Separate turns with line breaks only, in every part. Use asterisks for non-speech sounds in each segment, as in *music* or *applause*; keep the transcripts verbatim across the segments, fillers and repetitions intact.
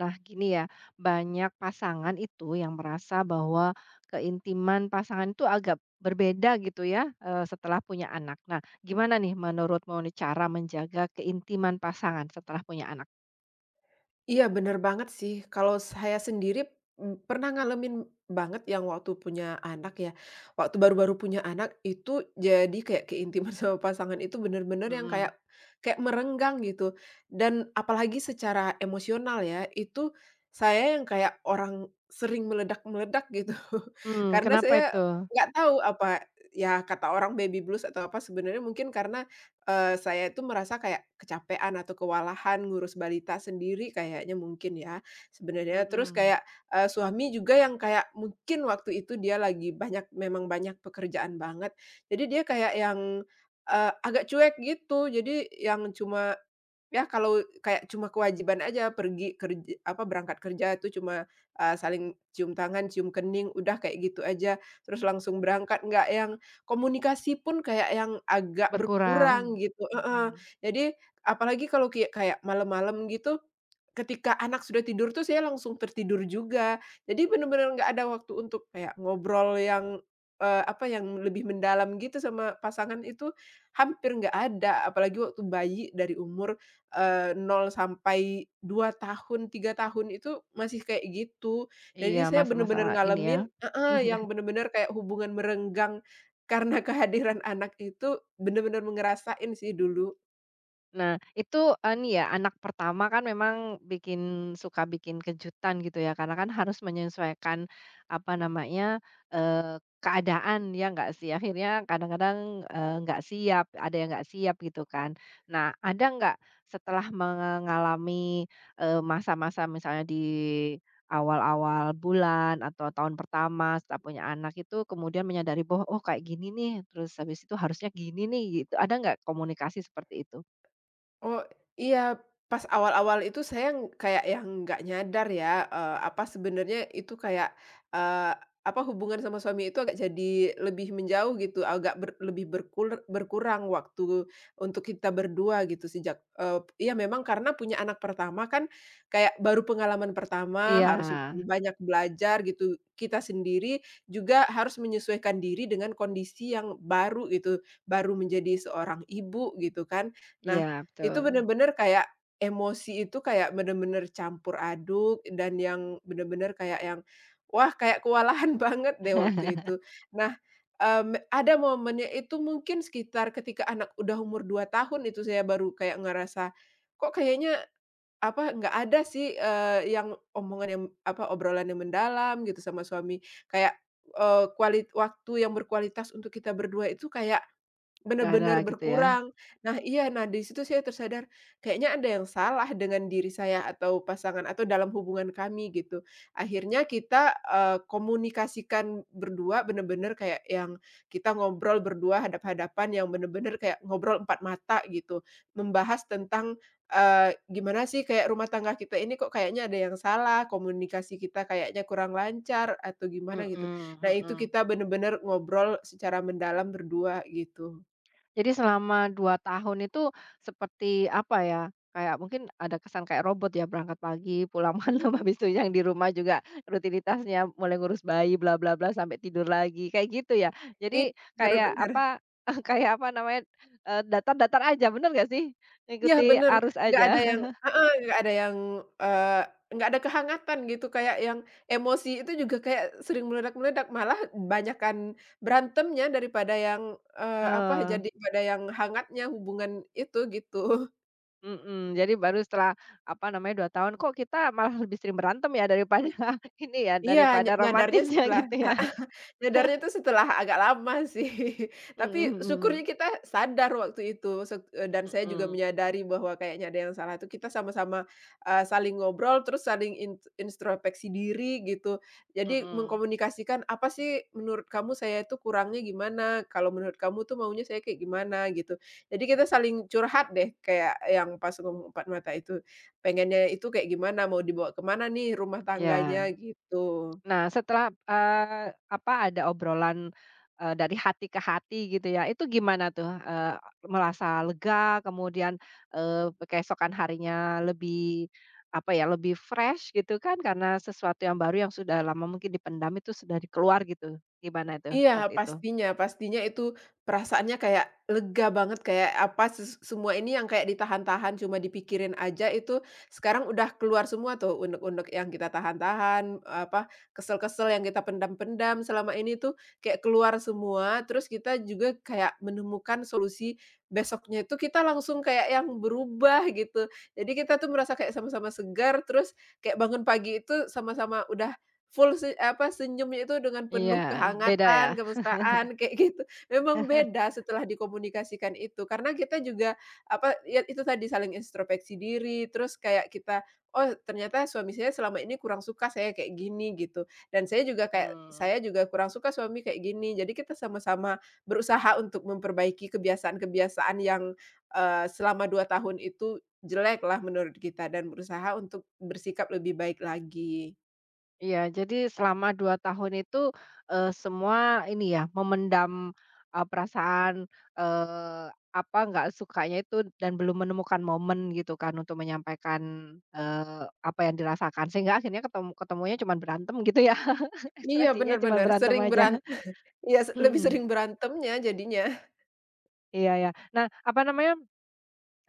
Nah, gini ya, banyak pasangan itu yang merasa bahwa keintiman pasangan itu agak berbeda gitu ya eh, setelah punya anak. Nah, gimana nih menurutmu nih cara menjaga keintiman pasangan setelah punya anak?
Iya, bener banget sih. Kalau saya sendiri, mmm, pernah ngalamin banget yang waktu punya anak ya. Waktu baru-baru punya anak itu jadi kayak keintiman *laughs* sama pasangan itu bener-bener yang
Mhm.
kayak kayak merenggang gitu. Dan apalagi secara emosional ya, itu saya yang kayak orang sering meledak-meledak gitu. *laughs*
Mmm,
Karena
kenapa
saya
itu?
nggak tahu apa, ya kata orang baby blues atau apa, sebenarnya mungkin karena Eee, saya itu merasa kayak kecapean atau kewalahan ngurus balita sendiri kayaknya mungkin ya, sebenarnya. Terus
Mhm,
kayak, eee, suami juga yang kayak mungkin waktu itu dia lagi banyak memang banyak pekerjaan banget. Jadi dia kayak yang, eee, agak cuek gitu. Jadi yang cuma Ya kalau kayak cuma kewajiban aja pergi kerja apa, berangkat kerja itu cuma, eee, saling cium tangan, cium kening, udah kayak gitu aja, terus langsung berangkat, nggak yang komunikasi pun kayak yang agak
berkurang.
berkurang gitu heeh.
Mhm,
Jadi apalagi kalau kayak kayak malam-malam gitu, ketika anak sudah tidur tuh saya langsung tertidur juga. Jadi bener-bener nggak ada waktu untuk kayak ngobrol yang, eee, apa, yang lebih mendalam gitu sama pasangan itu hampir nggak ada, apalagi waktu bayi dari umur eee, nol sampai dua tahun, tiga tahun itu masih kayak gitu.
iya
Jadi saya
masa-masa
bener-bener
ini ya?
ngalamin heeh, yang bener-bener kayak hubungan merenggang karena kehadiran anak itu bener-bener ngerasain sih dulu.
Nah, itu ini ya, anak pertama kan memang bikin suka bikin kejutan gitu ya, karena kan harus menyesuaikan, apa namanya, eee, keadaan, ya nggak sih? Akhirnya kadang-kadang, eee, nggak siap, ada yang nggak siap gitu kan. Nah, ada nggak setelah mengalami, eee, masa-masa misalnya di awal-awal bulan atau tahun pertama setelah punya anak itu kemudian menyadari bahwa, "Oh kayak gini nih, terus habis itu harusnya gini nih," gitu. Ada nggak komunikasi seperti itu?
Oh, iya, pas awal-awal itu saya ng kayak yang nggak nyadar ya, eee, apa sebenarnya itu kayak, eee, apa, hubungan sama suami itu agak jadi lebih menjauh gitu, agak ber lebih berkulr berkurang waktu untuk kita berdua gitu sejak, eee, ya memang karena punya anak pertama kan kayak baru pengalaman pertama,
Iya
harus banyak belajar gitu. Kita sendiri juga harus menyesuaikan diri dengan kondisi yang baru gitu, baru menjadi seorang ibu gitu kan. Nah,
iya
itu
betul.
bener-bener kayak emosi itu kayak bener-bener campur aduk dan yang bener-bener kayak yang, wah kayak kewalahan *laughs* banget deh waktu
*laughs*
itu. Nah, mmm, ada momennya itu mungkin sekitar ketika anak udah umur dua tahun itu saya baru kayak ngerasa, kok kayaknya apa, nggak ada sih, eee, yang omongan yang apa, obrolan yang mendalam gitu sama suami. Kayak, eee, kuali waktu yang berkualitas untuk kita berdua itu kayak
Gak ada
benar-benar
gitu ya?
berkurang. Nah iya, nah di situ saya tersadar, kayaknya ada yang salah dengan diri saya atau pasangan atau dalam hubungan kami gitu. Akhirnya kita, eee, komunikasikan berdua benar-benar kayak yang kita ngobrol berdua hadap-hadapan yang benar-benar kayak ngobrol empat mata gitu. Membahas tentang, eee, gimana sih kayak rumah tangga kita ini kok kayaknya ada yang salah, komunikasi kita kayaknya kurang lancar atau gimana gitu.
Mhm
Nah itu
mhm.
kita benar-benar ngobrol secara mendalam berdua gitu.
Jadi selama dua tahun itu seperti apa ya, kayak mungkin ada kesan kayak robot ya berangkat pagi, pulang *laughs* malam, habis itu yang di rumah juga rutinitasnya mulai ngurus bayi bla bla bla sampai tidur lagi, kayak gitu ya?
Iya,
Jadi
bener
kayak
bener.
apa, *laughs* kayak apa namanya, eee, datar-datar aja bener nggak sih?
Iya,
Ngikuti
bener,
arus
nggak
aja?
ada yang
*laughs*
heeh, nggak ada yang, eee, nggak ada kehangatan gitu, kayak yang emosi itu juga kayak sering meledak-meledak, malah banyakan berantemnya daripada yang, eee, apa,
Oh.
jadi pada yang hangatnya hubungan itu, gitu.
Mhm, jadi baru setelah, apa namanya, dua tahun, kok kita malah lebih sering berantem ya daripada *laughs* ini ya,
Iya, nya
daripada
nyadarnya
romantisnya *laughs*
setelah
gitu ya.
Nyadarnya itu setelah agak lama sih, *laughs*
Mhm
tapi syukurnya
mhm,
kita sadar waktu itu sek eee, dan saya juga
mhm
menyadari bahwa kayaknya ada yang salah itu kita sama-sama, eee, saling ngobrol terus saling int introspeksi diri gitu. Jadi
mhm,
mengkomunikasikan apa sih menurut kamu saya itu kurangnya gimana, kalau menurut kamu tuh maunya saya kayak gimana gitu. Jadi kita saling curhat deh kayak yang pas ngomong empat mata itu, pengennya itu kayak gimana, mau dibawa kemana nih rumah tangganya
ya.
gitu.
Nah setelah, eee, apa, ada obrolan, eee, dari hati ke hati gitu ya, itu gimana tuh, eee, merasa lega kemudian, eee, keesokan harinya lebih, apa ya, lebih fresh gitu kan karena sesuatu yang baru yang sudah lama mungkin dipendam itu sudah di keluar gitu, gimana itu
Iya,
waktu itu?
pastinya pastinya itu perasaannya kayak lega banget, kayak apa, ses semua ini yang kayak ditahan-tahan, cuma dipikirin aja itu sekarang udah keluar semua tuh, unek-unek yang kita tahan-tahan, apa, kesel-kesel yang kita pendam-pendam selama ini tuh kayak keluar semua, terus kita juga kayak menemukan solusi besoknya itu kita langsung kayak yang berubah gitu. Jadi kita tuh merasa kayak sama-sama segar, terus kayak bangun pagi itu sama-sama udah Full se apa, senyumnya itu dengan
Iya,
penuh
beda ya?
kehangatan, kemesraan, *laughs* kayak gitu. Memang beda setelah dikomunikasikan itu, karena kita juga, apa, ya itu tadi saling introspeksi diri, terus kayak kita, "Oh, ternyata suami saya selama ini kurang suka saya kayak gini," gitu, "dan saya juga kayak
Mmm.
saya juga kurang suka suami kayak gini." Jadi kita sama-sama berusaha untuk memperbaiki kebiasaan-kebiasaan yang, eee, selama dua tahun itu jeleklah menurut kita dan berusaha untuk bersikap lebih baik lagi.
Iya, jadi selama dua tahun itu, eee, semua ini ya, memendam, eee, perasaan, eee, apa, nggak sukanya itu dan belum menemukan momen gitu kan untuk menyampaikan, eee, apa yang dirasakan, sehingga akhirnya ketemu ketemunya cuma berantem gitu ya, *laughs*
Iya,
ekspresinya
bener
cuma
bener,
berantem
sering
aja.
beran
*laughs*
iya, lebih
Mhm,
sering berantemnya jadinya.
iya ya. Nah, apa namanya.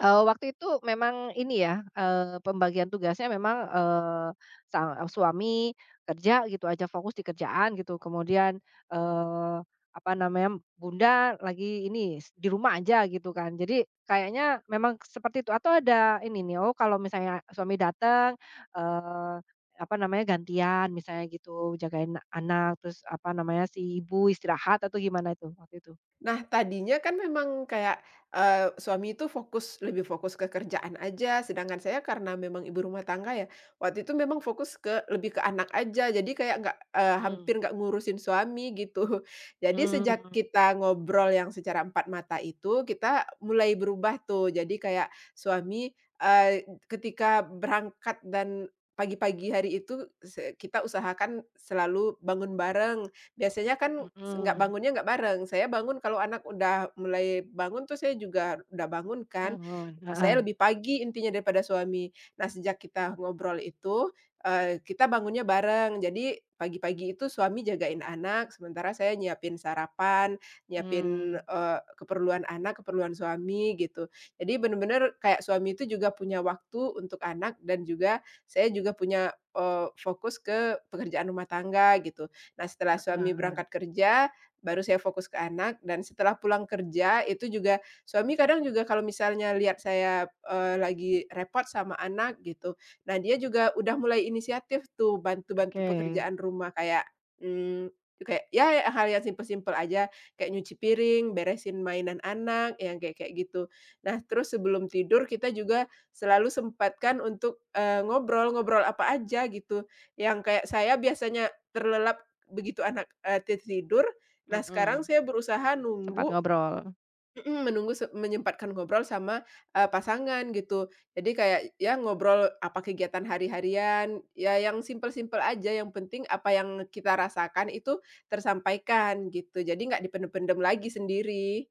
Eee, waktu itu memang ini ya, eee, pembagian tugasnya memang, eee, sang suami kerja gitu aja, fokus di kerjaan gitu. Kemudian, eee, apa namanya, bunda lagi ini, s di rumah aja gitu kan. Jadi kayaknya memang seperti itu atau ada ini nih, oh kalau misalnya suami datang, eee, apa namanya, gantian misalnya gitu, jagain anak, terus apa namanya, si ibu istirahat atau gimana itu waktu itu?
Nah, tadinya kan memang kayak, eee, suami itu fokus lebih fokus ke kerjaan aja, sedangkan saya karena memang ibu rumah tangga ya, waktu itu memang fokus ke lebih ke anak aja, jadi kayak nggak, eee,
Mmm,
hampir nggak ngurusin suami gitu. *laughs* Jadi sejak
mmm,
kita ngobrol yang secara empat mata itu, kita mulai berubah tuh, jadi kayak suami, eee, ketika berangkat dan pagi-pagi hari itu se kita usahakan selalu bangun bareng. Biasanya kan s nggak
mhm,
bangunnya nggak bareng, saya bangun kalau anak udah mulai bangun tuh saya juga udah bangun kan,
bangun, heeh.
saya lebih pagi intinya daripada suami. Nah, sejak kita ngobrol itu, eee, kita bangunnya bareng. Jadi pagi-pagi itu suami jagain anak, sementara saya nyiapin sarapan, nyiapin,
Mmm,
eee, keperluan anak, keperluan suami gitu. Jadi bener-bener kayak suami itu juga punya waktu untuk anak dan juga saya juga punya, eee, fokus ke pekerjaan rumah tangga gitu. Nah, setelah
heeh
suami
heeh,
berangkat kerja, baru saya fokus ke anak dan setelah pulang kerja itu juga suami kadang juga kalau misalnya lihat saya, eee, lagi repot sama anak gitu, nah dia juga udah mulai inisiatif tuh bantu-bantu
oke,
pekerjaan rumah kayak, mmm, kayak ya hal yang simpel-simpel aja, kayak nyuci piring, beresin mainan anak, yang kayak kayak gitu. Nah terus sebelum tidur kita juga selalu sempatkan untuk, eee, ngobrol, ngobrol apa aja gitu, yang kayak saya biasanya terlelap begitu anak, eee, tidur, nah sekarang
mhm,
saya berusaha
sempat
nunggu.
ngobrol.
Mhm, menunggu se menyempatkan ngobrol sama, eee, pasangan gitu. Jadi kayak ya ngobrol apa kegiatan hari-harian, ya yang simpel-simpel aja, yang penting apa yang kita rasakan itu tersampaikan gitu. Jadi nggak dipendem-pendem lagi sendiri.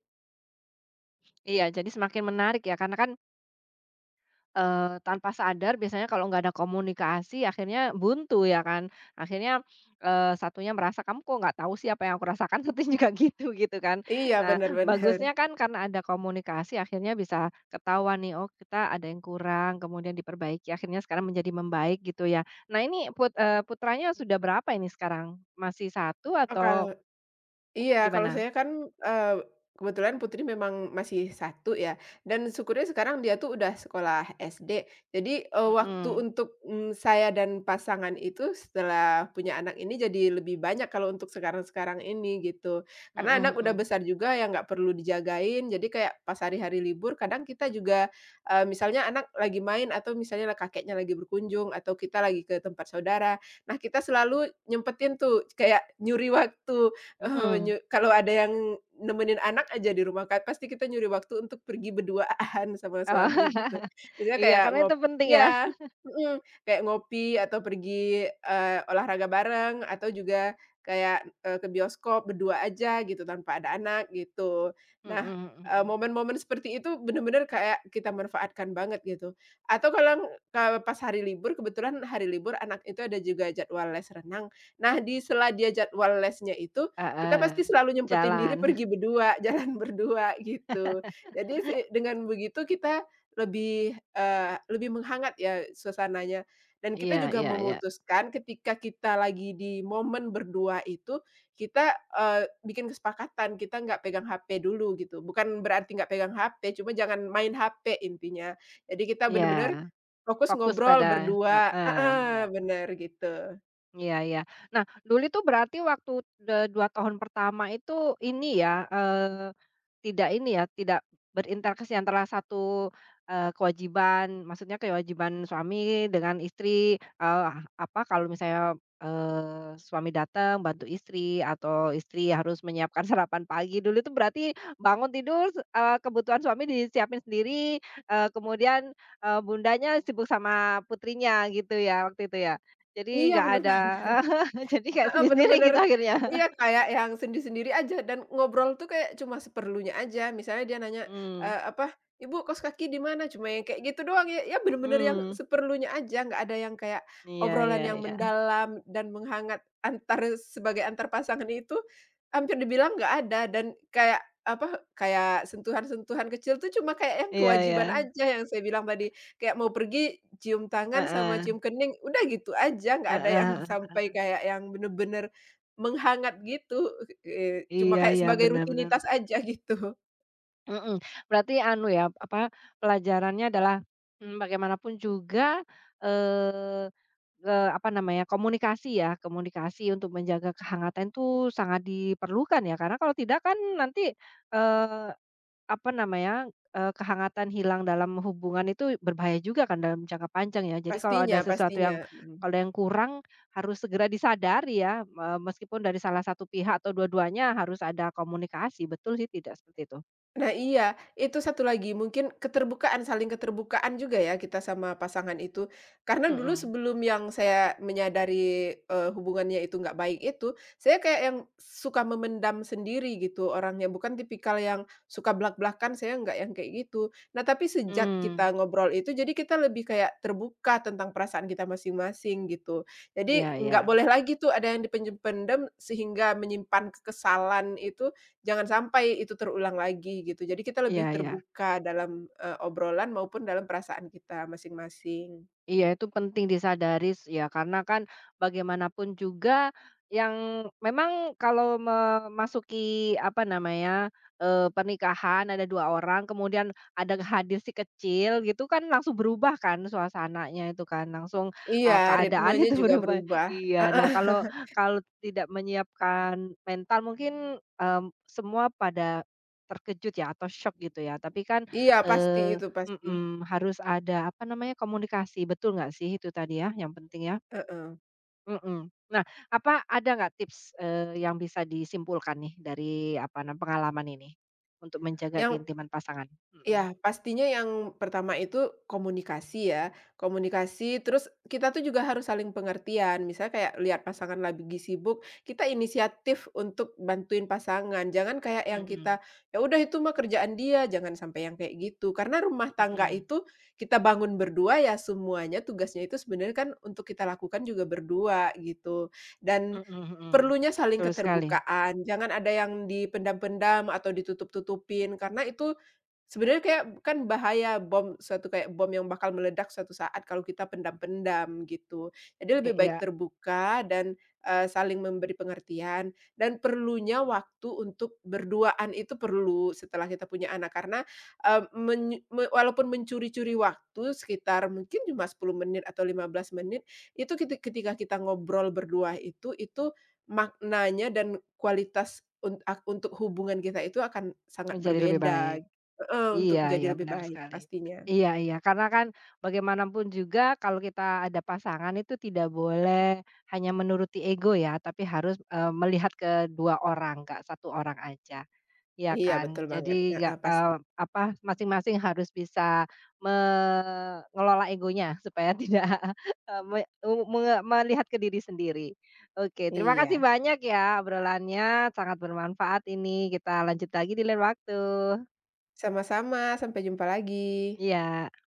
Iya, jadi semakin menarik ya karena kan, eee, tanpa sadar biasanya kalau nggak ada komunikasi akhirnya buntu ya kan, akhirnya, eee, satunya merasa, "Kamu kok nggak tahu sih apa yang aku rasakan?" *laughs* Satunya juga gitu, gitu kan.
Iya,
Nah,
bener bener.
bagusnya kan karena ada komunikasi akhirnya bisa ketahuan nih, oh kita ada yang kurang kemudian diperbaiki akhirnya sekarang menjadi membaik gitu ya. Nah ini put eee, putranya sudah berapa ini sekarang? Masih satu
Oh,
atau
kalau Iya, kalau
gimana?
saya kan, eee, kebetulan putri memang masih satu ya, dan syukurnya sekarang dia tuh udah sekolah S D. Jadi, eee, waktu
Mhm,
untuk, mmm, saya dan pasangan itu setelah punya anak ini jadi lebih banyak kalau untuk sekarang-sekarang ini gitu. Karena
mhm
anak udah
mhm,
besar juga ya nggak perlu dijagain, jadi kayak pas hari-hari libur kadang kita juga, eee, misalnya anak lagi main atau misalnya lah kakeknya lagi berkunjung atau kita lagi ke tempat saudara, nah kita selalu nyempetin tuh kayak nyuri waktu eee,
mhm.
nye kalau ada yang nemenin anak aja di rumah kan pasti kita nyuri waktu untuk pergi berduaan *laughs* sama
Oh,
suami gitu.
*laughs*
Biasanya
iya
kayak
karena
ngop
itu penting ya.
ya, mhm, kayak ngopi atau pergi, eee, olahraga bareng atau juga kayak, eee, ke bioskop berdua aja gitu tanpa ada anak gitu. Nah,
Mhm
eee,
mhm.
momen-momen seperti itu benar-benar kayak kita manfaatkan banget gitu. Atau kalau kalau pas hari libur kebetulan hari libur anak itu ada juga jadwal les renang. Nah, di sela dia jadwal lesnya itu kita
Heeh,
pasti selalu nyempetin diri
jalan.
pergi berdua, *laughs* jalan berdua gitu. Jadi si dengan begitu kita lebih, eee, lebih menghangat ya suasananya dan kita
Iya
juga
iya iya.
memutuskan ketika kita lagi di momen berdua itu, kita, eee, bikin kesepakatan kita nggak pegang H P dulu gitu. Bukan berarti nggak pegang H P, cuma jangan main H P intinya. Jadi kita bener-bener
Iya,
fokus
fokus
ngobrol
pada
berdua
heeh, benar.
heeh, bener gitu.
Iya iya. Nah, dulu itu berarti waktu de dua tahun pertama itu ini ya, eee, tidak ini ya, tidak berinteraksi antara satu, eee, kewajiban, maksudnya kewajiban suami dengan istri, eee, apa, kalau misalnya, eee, suami datang bantu istri atau istri harus menyiapkan *laughs* sarapan pagi. Dulu itu berarti bangun tidur, eee, kebutuhan suami disiapin sendiri, eee, kemudian, eee, bundanya sibuk sama putrinya gitu ya, waktu itu ya? Jadi
Iya
nggak
bener *laughs*
ada
banget.
*laughs* jadi kayak
Heeh,
sendiri-sendiri gitu
bener-bener
akhirnya.
iya, kayak yang sendi-sendiri aja dan ngobrol tuh kayak cuma seperlunya aja. Misalnya dia nanya,
Mmm,
eee, apa, "Ibu kos kaki di mana?" Cuma yang kayak gitu doang, ya ya bener-bener yang
mmm,
seperlunya aja, nggak ada yang kayak
iya
obrolan
iya
yang
iya.
mendalam dan menghangat antar sebagai antar pasangan itu hampir dibilang nggak ada dan kayak, apa, kayak sentuhan-sentuhan kecil tuh cuma kayak yang
Iya iya,
kewajiban aja yang saya bilang tadi. Kayak mau pergi cium tangan sama
heeh,
cium kening, udah gitu aja, nggak
heeh
ada yang *laughs*
heeh.
sampai kayak yang bener-bener menghangat gitu, eee, cuma
Iya
kayak
iya,
sebagai
benar benar.
rutinitas aja gitu.
Mhm, berarti anu ya, apa, pelajarannya adalah, mmm, bagaimanapun juga, eee eee, apa namanya, komunikasi ya, komunikasi untuk menjaga kehangatan itu sangat diperlukan ya, karena kalau tidak kan nanti, eee apa namanya, eee, kehangatan hilang dalam hubungan itu berbahaya juga kan dalam jangka panjang ya. Jadi kalau
Pastinya
ada sesuatu yang
pastinya, mhm.
kalau yang kurang harus segera disadari ya, eee, meskipun dari salah satu pihak atau dua-duanya harus ada komunikasi, betul sih tidak seperti itu?
Nah iya, itu satu lagi mungkin keterbukaan, saling keterbukaan juga ya kita sama pasangan itu. Karena dulu
Mhm,
sebelum yang saya menyadari, eee, hubungannya itu nggak baik itu, saya kayak yang suka memendam sendiri gitu orangnya, bukan tipikal yang suka blak-blakan, saya nggak yang kayak gitu. Nah tapi sejak
mmm,
kita ngobrol itu, jadi kita lebih kayak terbuka tentang perasaan kita masing-masing gitu.
iya
Jadi
iya,
nggak boleh lagi tuh ada yang dipendem-pendem sehingga menyimpan kekesalan itu, jangan sampai itu terulang lagi gitu. Jadi kita lebih
iya iya.
terbuka dalam, eee, obrolan maupun dalam perasaan kita masing-masing.
Iya, itu penting disadari s ya, karena kan bagaimanapun juga yang memang kalau memasuki, apa namanya, eee, pernikahan ada dua orang, kemudian ada hadir si kecil gitu kan langsung berubah kan suasananya itu kan, langsung,
Iya,
eee, keadaan *laughs*
ritmenya
itu
juga
berubah.
berubah.
Iya, nah kalau
*laughs*
kalau tidak menyiapkan mental mungkin, mmm, semua pada terkejut ya atau shock gitu ya, tapi kan,
Iya, pasti itu, pasti.
mhm, harus ada, apa namanya, komunikasi, betul nggak sih itu tadi ya, yang penting ya?
Heeh.
Mhm. Nah, apa ada nggak tips, eee, yang bisa disimpulkan nih dari, apa nam pengalaman ini, untuk menjaga
Yang
keintiman pasangan? Mhm.
Ya pastinya yang pertama itu komunikasi ya, komunikasi terus kita tuh juga harus saling pengertian. Misalnya kayak lihat pasangan lagi sibuk, kita inisiatif untuk bantuin pasangan. Jangan kayak yang
Mhm.
kita, ya udah itu mah kerjaan dia, jangan sampai yang kayak gitu. Karena rumah tangga
Mhm.
itu kita bangun berdua ya semuanya tugasnya itu sebenarnya kan untuk kita lakukan juga berdua gitu. Dan
Mhm mhm.
perlunya saling
Betul sekali.
keterbukaan, jangan ada yang dipendam-pendam atau ditutup-tutupin karena itu sebenarnya kayak kan bahaya bom suatu kayak bom yang bakal meledak suatu saat kalau kita pendam-pendam gitu. Jadi lebih baik
Iya,
terbuka dan, eee, saling memberi pengertian dan perlunya waktu untuk berduaan itu perlu setelah kita punya anak karena, eee, menyu me walaupun mencuri-curi waktu sekitar mungkin cuma sepuluh menit atau lima belas menit, itu keti ketika kita ngobrol berdua itu itu maknanya dan kualitas un ak untuk hubungan kita itu akan sangat
menjadi lebih
berbeda.
baik.
Heeh, untuk
Iya iya,
jadi lebih
benar
baik
sekali.
pastinya.
Iya iya, karena kan bagaimanapun juga kalau kita ada pasangan itu tidak boleh hanya menuruti ego ya, tapi harus, eee, melihat ke dua orang, nggak satu orang aja, iya
Iya betul
kan?
banget,
Jadi nggak,
heeh, pasti.
eee, apa, masing-masing harus bisa mengelola egonya supaya *laughs* tidak, eee, me menge melihat ke diri sendiri. Oke, terima
Iya,
kasih banyak ya obrolannya, sangat bermanfaat ini, kita lanjut lagi di lain waktu.
sama-sama, sampai jumpa lagi.
Iya.